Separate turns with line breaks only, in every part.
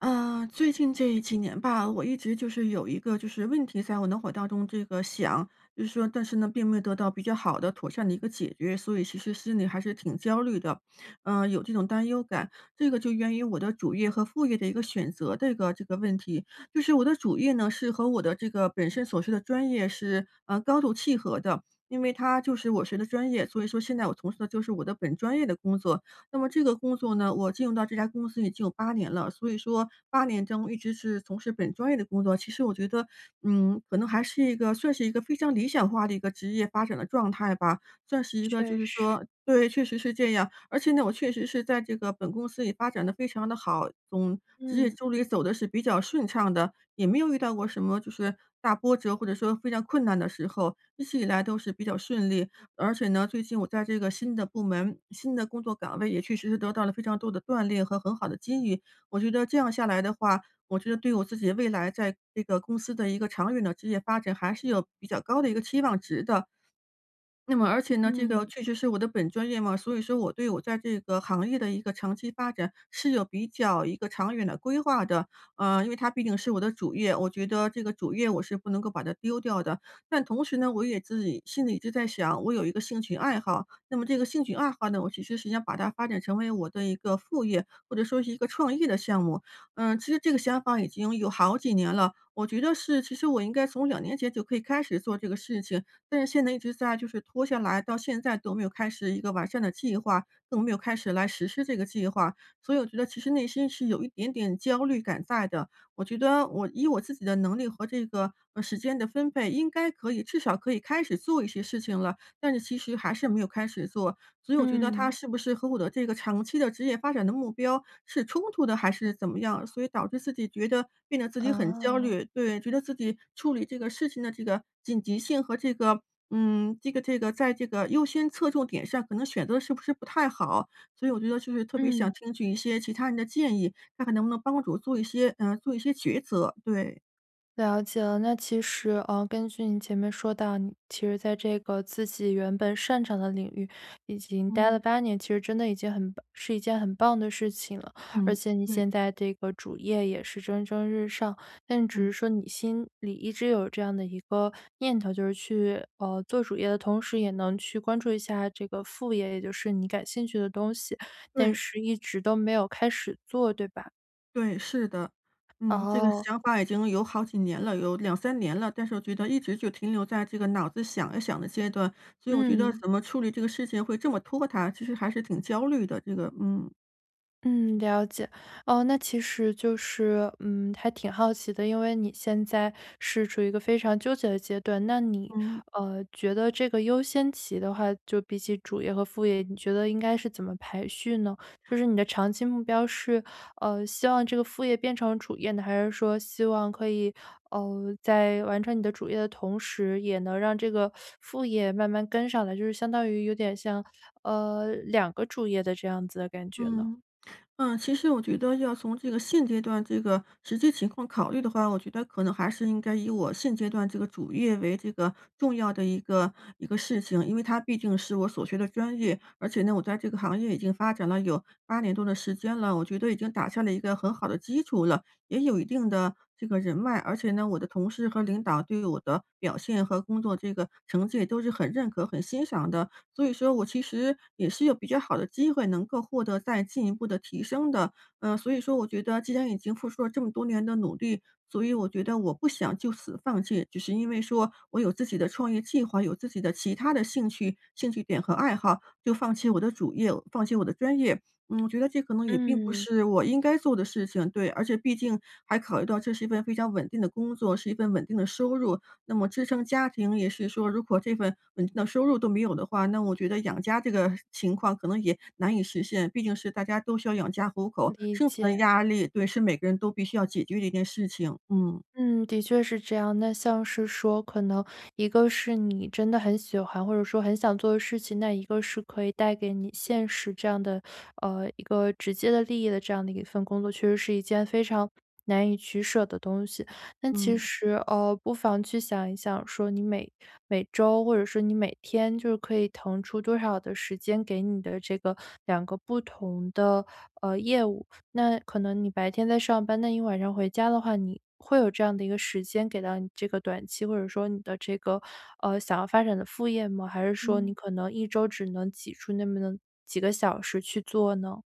啊，最近这几年吧，我一直就是有一个就是问题在我脑海当中这个想，就是说，但是呢，并没有得到比较好的、妥善的一个解决，所以其实心里还是挺焦虑的，有这种担忧感。这个就源于我的主业和副业的一个选择的一个这个问题。就是我的主业呢，是和我的这个本身所学的专业是高度契合的，因为它就是我学的专业，所以说现在我从事的就是我的本专业的工作。那么这个工作呢，我进入到这家公司已经有八年了，所以说八年中一直是从事本专业的工作。其实我觉得，可能还是一个算是一个非常理想化的一个职业发展的状态吧，算是一个就
确
是
实，
说对，确实是这样。而且呢，我确实是在这个本公司里发展的非常的好，总职业
嗯
助理走的是比较顺畅的，也没有遇到过什么就是大波折，或者说非常困难的时候，一直以来都是比较顺利。而且呢，最近我在这个新的部门、新的工作岗位也确实是得到了非常多的锻炼和很好的机遇。我觉得这样下来的话，我觉得对我自己未来在这个公司的一个长远的职业发展还是有比较高的一个期望值的。那么而且呢，这个
嗯
确实是我的本专业嘛，所以说我对我在这个行业的一个长期发展是有比较一个长远的规划的。因为它毕竟是我的主业，我觉得这个主业我是不能够把它丢掉的。但同时呢，我也自己心里一直在想，我有一个兴趣爱好，那么这个兴趣爱好呢，我其实是想把它发展成为我的一个副业，或者说是一个创业的项目。其实这个想法已经有好几年了，我觉得是，其实我应该从2年前就可以开始做这个事情。但是现在一直在就是拖下来，到现在都没有开始一个完善的计划，更没有开始来实施这个计划。所以我觉得其实内心是有一点点焦虑感在的。我觉得我以我自己的能力和这个，时间的分配，应该可以至少可以开始做一些事情了，但是其实还是没有开始做。所以我觉得他
嗯，
是不是和我的这个长期的职业发展的目标是冲突的，还是怎么样？所以导致自己觉得变得自己很焦
哦，
虑，对，觉得自己处理这个事情的这个紧急性和这个，这个在这个优先侧重点上，可能选择是不是不太好？所以我觉得就是特别想
嗯。
听取一些其他人的建议，看看能不能帮助我做一些做一些抉择。对，
了解了。那其实，根据你前面说到，你其实在这个自己原本擅长的领域已经待了
嗯，
8年，其实真的已经很棒，是一件很棒的事情了。而
嗯，
且你
对，
现在这个主业也是蒸蒸日上，但只
嗯，
是说你心里一直有这样的一个念头，就是去做主业的同时，也能去关注一下这个副业，也就是你感兴趣的东西，但
对。
是一直都没有开始做，对吧？
对，是的。嗯，这个
哦，
想法已经有好几年了，有两三年了，但是我觉得一直就停留在这个脑子想一想的阶段，所以我觉得
嗯，
怎么处理这个事情会这么拖沓，其实还是挺焦虑的，这个嗯，
嗯，了解。哦，那其实就是，还挺好奇的，因为你现在是处于一个非常纠结的阶段，那你，
嗯，
觉得这个优先级的话，就比起主业和副业，你觉得应该是怎么排序呢？就是你的长期目标是，希望这个副业变成主业呢，还是说希望可以，在完成你的主业的同时，也能让这个副业慢慢跟上来，就是相当于有点像，两个主业的这样子的感觉呢？
嗯。嗯，其实我觉得要从这个现阶段这个实际情况考虑的话，我觉得可能还是应该以我现阶段这个主业为这个重要的一个事情，因为它毕竟是我所学的专业，而且呢，我在这个行业已经发展了有8年多的时间了，我觉得已经打下了一个很好的基础了，也有一定的这个人脉，而且呢，我的同事和领导对我的表现和工作这个成绩都是很认可、很欣赏的，所以说我其实也是有比较好的机会能够获得再进一步的提升的。嗯，所以说我觉得既然已经付出了这么多年的努力，所以我觉得我不想就此放弃，只是因为说我有自己的创业计划，有自己的其他的兴趣、兴趣点和爱好，就放弃我的主业，放弃我的专业。嗯，我觉得这可能也并不
嗯，
是我应该做的事情，对，而且毕竟还考虑到这是一份非常稳定的工作，是一份稳定的收入，那么支撑家庭也是说，如果这份稳定的收入都没有的话，那我觉得养家这个情况可能也难以实现。毕竟是大家都需要养家糊口，
理
生存
解。
的压力，对，是每个人都必须要解决的一件事情。嗯。
嗯，的确是这样。那像是说，可能一个是你真的很喜欢，或者说很想做的事情，那一个是可以带给你现实这样的，一个直接的利益的这样的一份工作，确实是一件非常难以取舍的东西。那其
嗯
实，不妨去想一想，说每周或者说你每天，就是可以腾出多少的时间给你的这个两个不同的业务。那可能你白天在上班，那你晚上回家的话，你会有这样的一个时间给到你这个短期，或者说你的这个想要发展的副业吗？还是说你
嗯。
可能一周只能挤出那么的几个小时去做呢？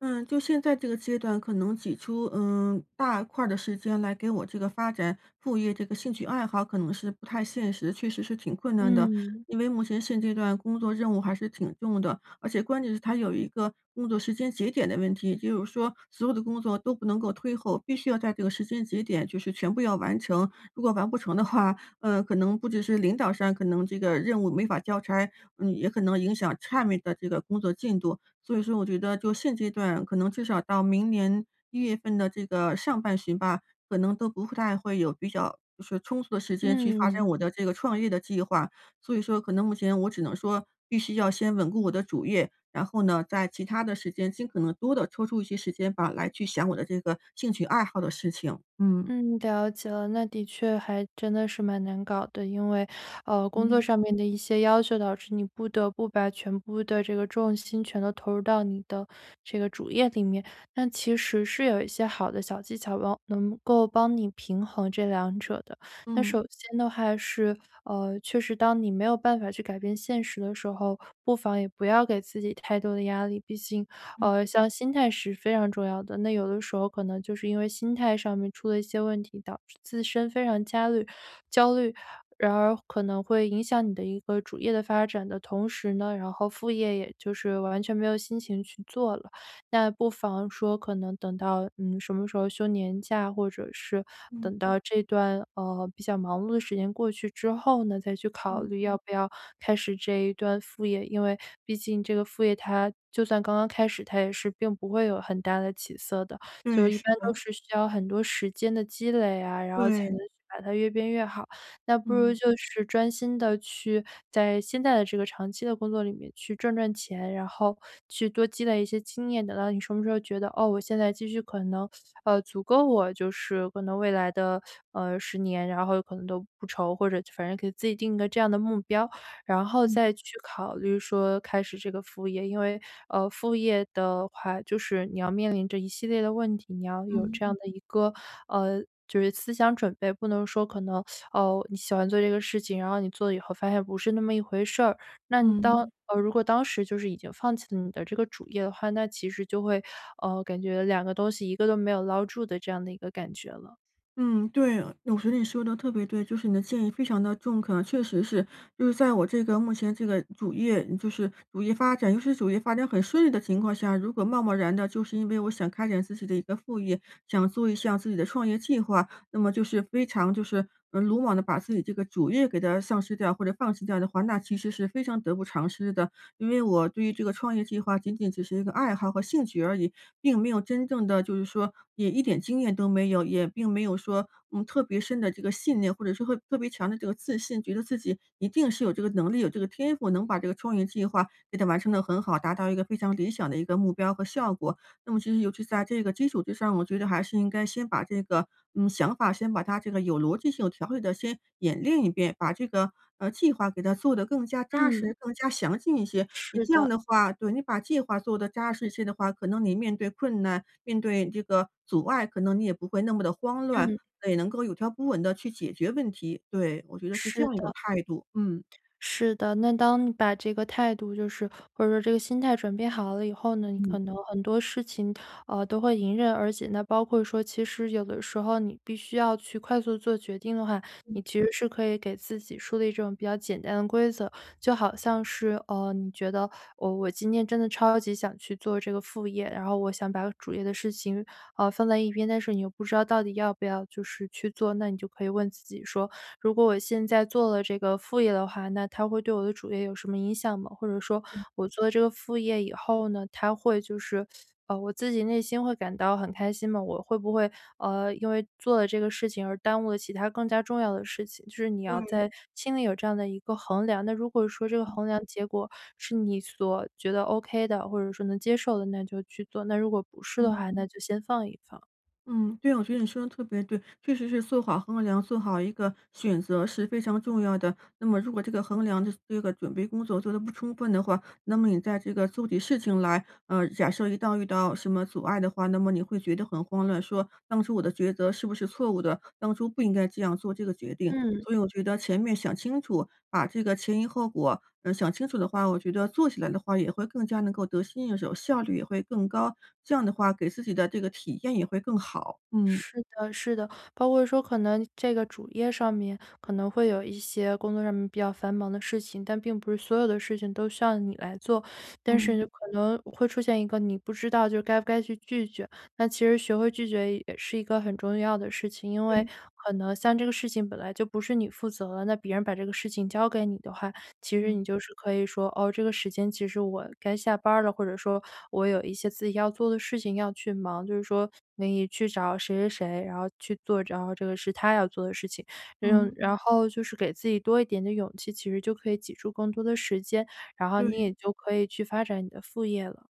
嗯，就现在这个阶段，可能挤出大块儿的时间来给我这个发展副业这个兴趣爱好，可能是不太现实，确实是挺困难的。
嗯
因为目前现阶段工作任务还是挺重的，而且关键是它有一个工作时间节点的问题，也就是说所有的工作都不能够推后，必须要在这个时间节点就是全部要完成。如果完不成的话，可能不只是领导上可能这个任务没法交差，也可能影响下面的这个工作进度。所以说我觉得就现阶段，可能至少到明年1月份的这个上半旬吧，可能都不太会有比较就是充足的时间去发展
嗯。
我的这个创业的计划。所以说可能目前我只能说必须要先稳固我的主业，然后呢，在其他的时间尽可能多的抽出一些时间吧，来去想我的这个兴趣爱好的事情。嗯。
嗯，了解了，那的确还真的是蛮难搞的。因为，工作
嗯，
上面的一些要求导致你不得不把全部的这个重心全都投入到你的这个主业里面。那其实是有一些好的小技巧帮能够帮你平衡这两者的。那
嗯，
首先的话是，确实当你没有办法去改变现实的时候，不妨也不要给自己太多的压力。毕竟
嗯
像心态是非常重要的。那有的时候可能就是因为心态上面出了一些问题，导致自身非常焦虑，然而可能会影响你的一个主业的发展的同时呢，然后副业也就是完全没有心情去做了。那不妨说可能等到，什么时候休年假，或者是
嗯
等到这段，比较忙碌的时间过去之后呢，再去考
嗯，
虑要不要开始这一段副业。因为毕竟这个副业它就算刚刚开始，它也是并不会有很大的起色的，就
对，
是一
是
般都
的，
是需要很多时间的积累啊，然后才
对，
能去把它越变越好。那不如
嗯，
就是专心的去在现在的这个长期的工作里面去赚赚钱，然后去多积累一些经验，等到你什么时候觉得，哦，我现在积蓄可能，足够我就是可能未来的，10年，然后可能都不愁，或者反正给自己定一个这样的目标，然后
嗯
再去考虑说开始这个副业。因为，副业的话，就是你要面临着一系列的问题，你要有
嗯
这样的一个，就是思想准备。不能说可能哦，你喜欢做这个事情，然后你做了以后发现不是那么一回事儿。那你当
嗯。
如果当时就是已经放弃了你的这个主业的话，那其实就会，感觉两个东西一个都没有捞住的这样的一个感觉了。
嗯，对，我觉得你说的特别对，就是你的建议非常的中肯啊。确实是，就是在我这个目前这个主业就是主业发展，尤其是主业发展很顺利的情况下，如果贸贸然的，就是因为我想开展自己的一个副业，想做一项自己的创业计划，那么就是非常就是，鲁莽的把自己这个主业给它丧失掉或者放弃掉的话，那其实是非常得不偿失的。因为我对于这个创业计划仅仅只是一个爱好和兴趣而已，并没有真正的就是说也一点经验都没有，也并没有说，特别深的这个信念，或者说会特别强的这个自信，觉得自己一定是有这个能力、有这个天赋，能把这个创业计划给它完成的很好，达到一个非常理想的一个目标和效果。那么其实尤其在这个基础之上，我觉得还是应该先把这个，想法先把它这个有逻辑性、有条理的先演练一遍，把这个，计划给它做得更加扎
嗯。
实、更加详尽一些。你
是
这样
的，
的话对，你把计划做得扎实一些的话，可能你面对困难、面对这个阻碍，可能你也不会那么的慌乱，
嗯，
也能够有条不紊的去解决问题。对，我觉得是这
是
样一种
的。
态度，嗯。
是的，那当你把这个态度，就是或者说这个心态转变好了以后呢，你
嗯，
可能很多事情，都会迎刃而解。那包括说，其实有的时候你必须要去快速做决定的话，
嗯，
你其实是可以给自己树立这种比较简单的规则，就好像是，你觉得我今天真的超级想去做这个副业，然后我想把主业的事情放在一边，但是你又不知道到底要不要就是去做，那你就可以问自己说，如果我现在做了这个副业的话，那它会对我的主业有什么影响吗？或者说我做了这个副业以后呢，它会就是，我自己内心会感到很开心，那么我会不会因为做了这个事情而耽误了其他更加重要的事情？就是你要
对，
在心里有这样的一个衡量。那如果说这个
嗯
衡量结果是你所觉得 OK 的，或者说能接受的，那就去做；那如果不是的
嗯。
话，那就先放一放。
嗯，对，我觉得你说的特别对，确实是做好衡量、做好一个选择是非常重要的。那么，如果这个衡量的这个准备工作做的不充分的话，那么你在这个做起事情来，假设一旦遇到什么阻碍的话，那么你会觉得很慌乱，说当初我的抉择是不是错误的？当初不应该这样做这个决定。
嗯。
所以我觉得前面想清楚，把这个前因后果，想清楚的话，我觉得做起来的话也会更加能够得心应手，效率也会更高。这样的话给自己的这个体验也会更好。嗯，
是的，是的，包括说可能这个主页上面可能会有一些工作上面比较繁忙的事情，但并不是所有的事情都需要你来做。但
嗯，
是可能会出现一个你不知道就是该不该去拒绝，那其实学会拒绝也是一个很重要的事情。因为
对，
可能像这个事情本来就不是你负责了，那别人把这个事情交给你的话，其实
嗯。
你就是可以说，哦，这个时间其实我该下班儿了，或者说我有一些自己要做的事情要去忙，就是说你去找谁谁谁，然后去做，然后这个是他要做的事情。嗯，
嗯，
然后就是给自己多一点的勇气，其实就可以挤出更多的时间，然后你
对。
也就可以去发展你的副业了。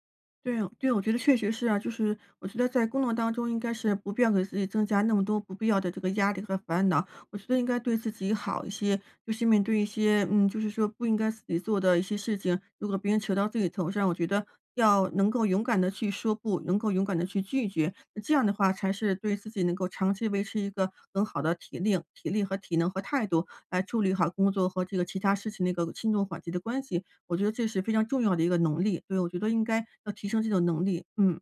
对哦对，我觉得确实是啊，就是我觉得在工作当中应该是不必要给自己增加那么多不必要的这个压力和烦恼，我觉得应该对自己好一些，就是面对一些，就是说不应该自己做的一些事情，如果别人扯到自己头上，我觉得要能够勇敢的去说不，能够勇敢的去拒绝，那这样的话才是对自己能够长期维持一个很好的体力和体能和态度，来处理好工作和这个其他事情的一个轻重缓急的关系。我觉得这是非常重要的一个能力，所以我觉得应该要提升这种能力。嗯，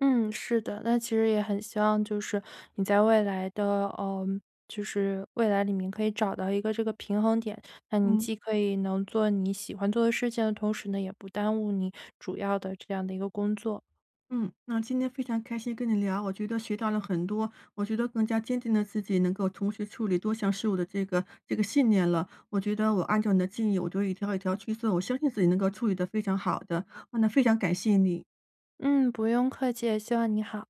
嗯，是的，那其实也很希望就是你在未来的，就是未来里面可以找到一个这个平衡点，那你
嗯。
既可以能做你喜欢做的事情的同时呢，也不耽误你主要的这样的一个工作。
嗯，那今天非常开心跟你聊，我觉得学到了很多，我觉得更加坚定了自己能够同时处理多项事物的这个信念了。我觉得我按照你的建议，我就一条一条去做，我相信自己能够处理得非常好的，那非常感谢你。
嗯，不用客气，希望你好。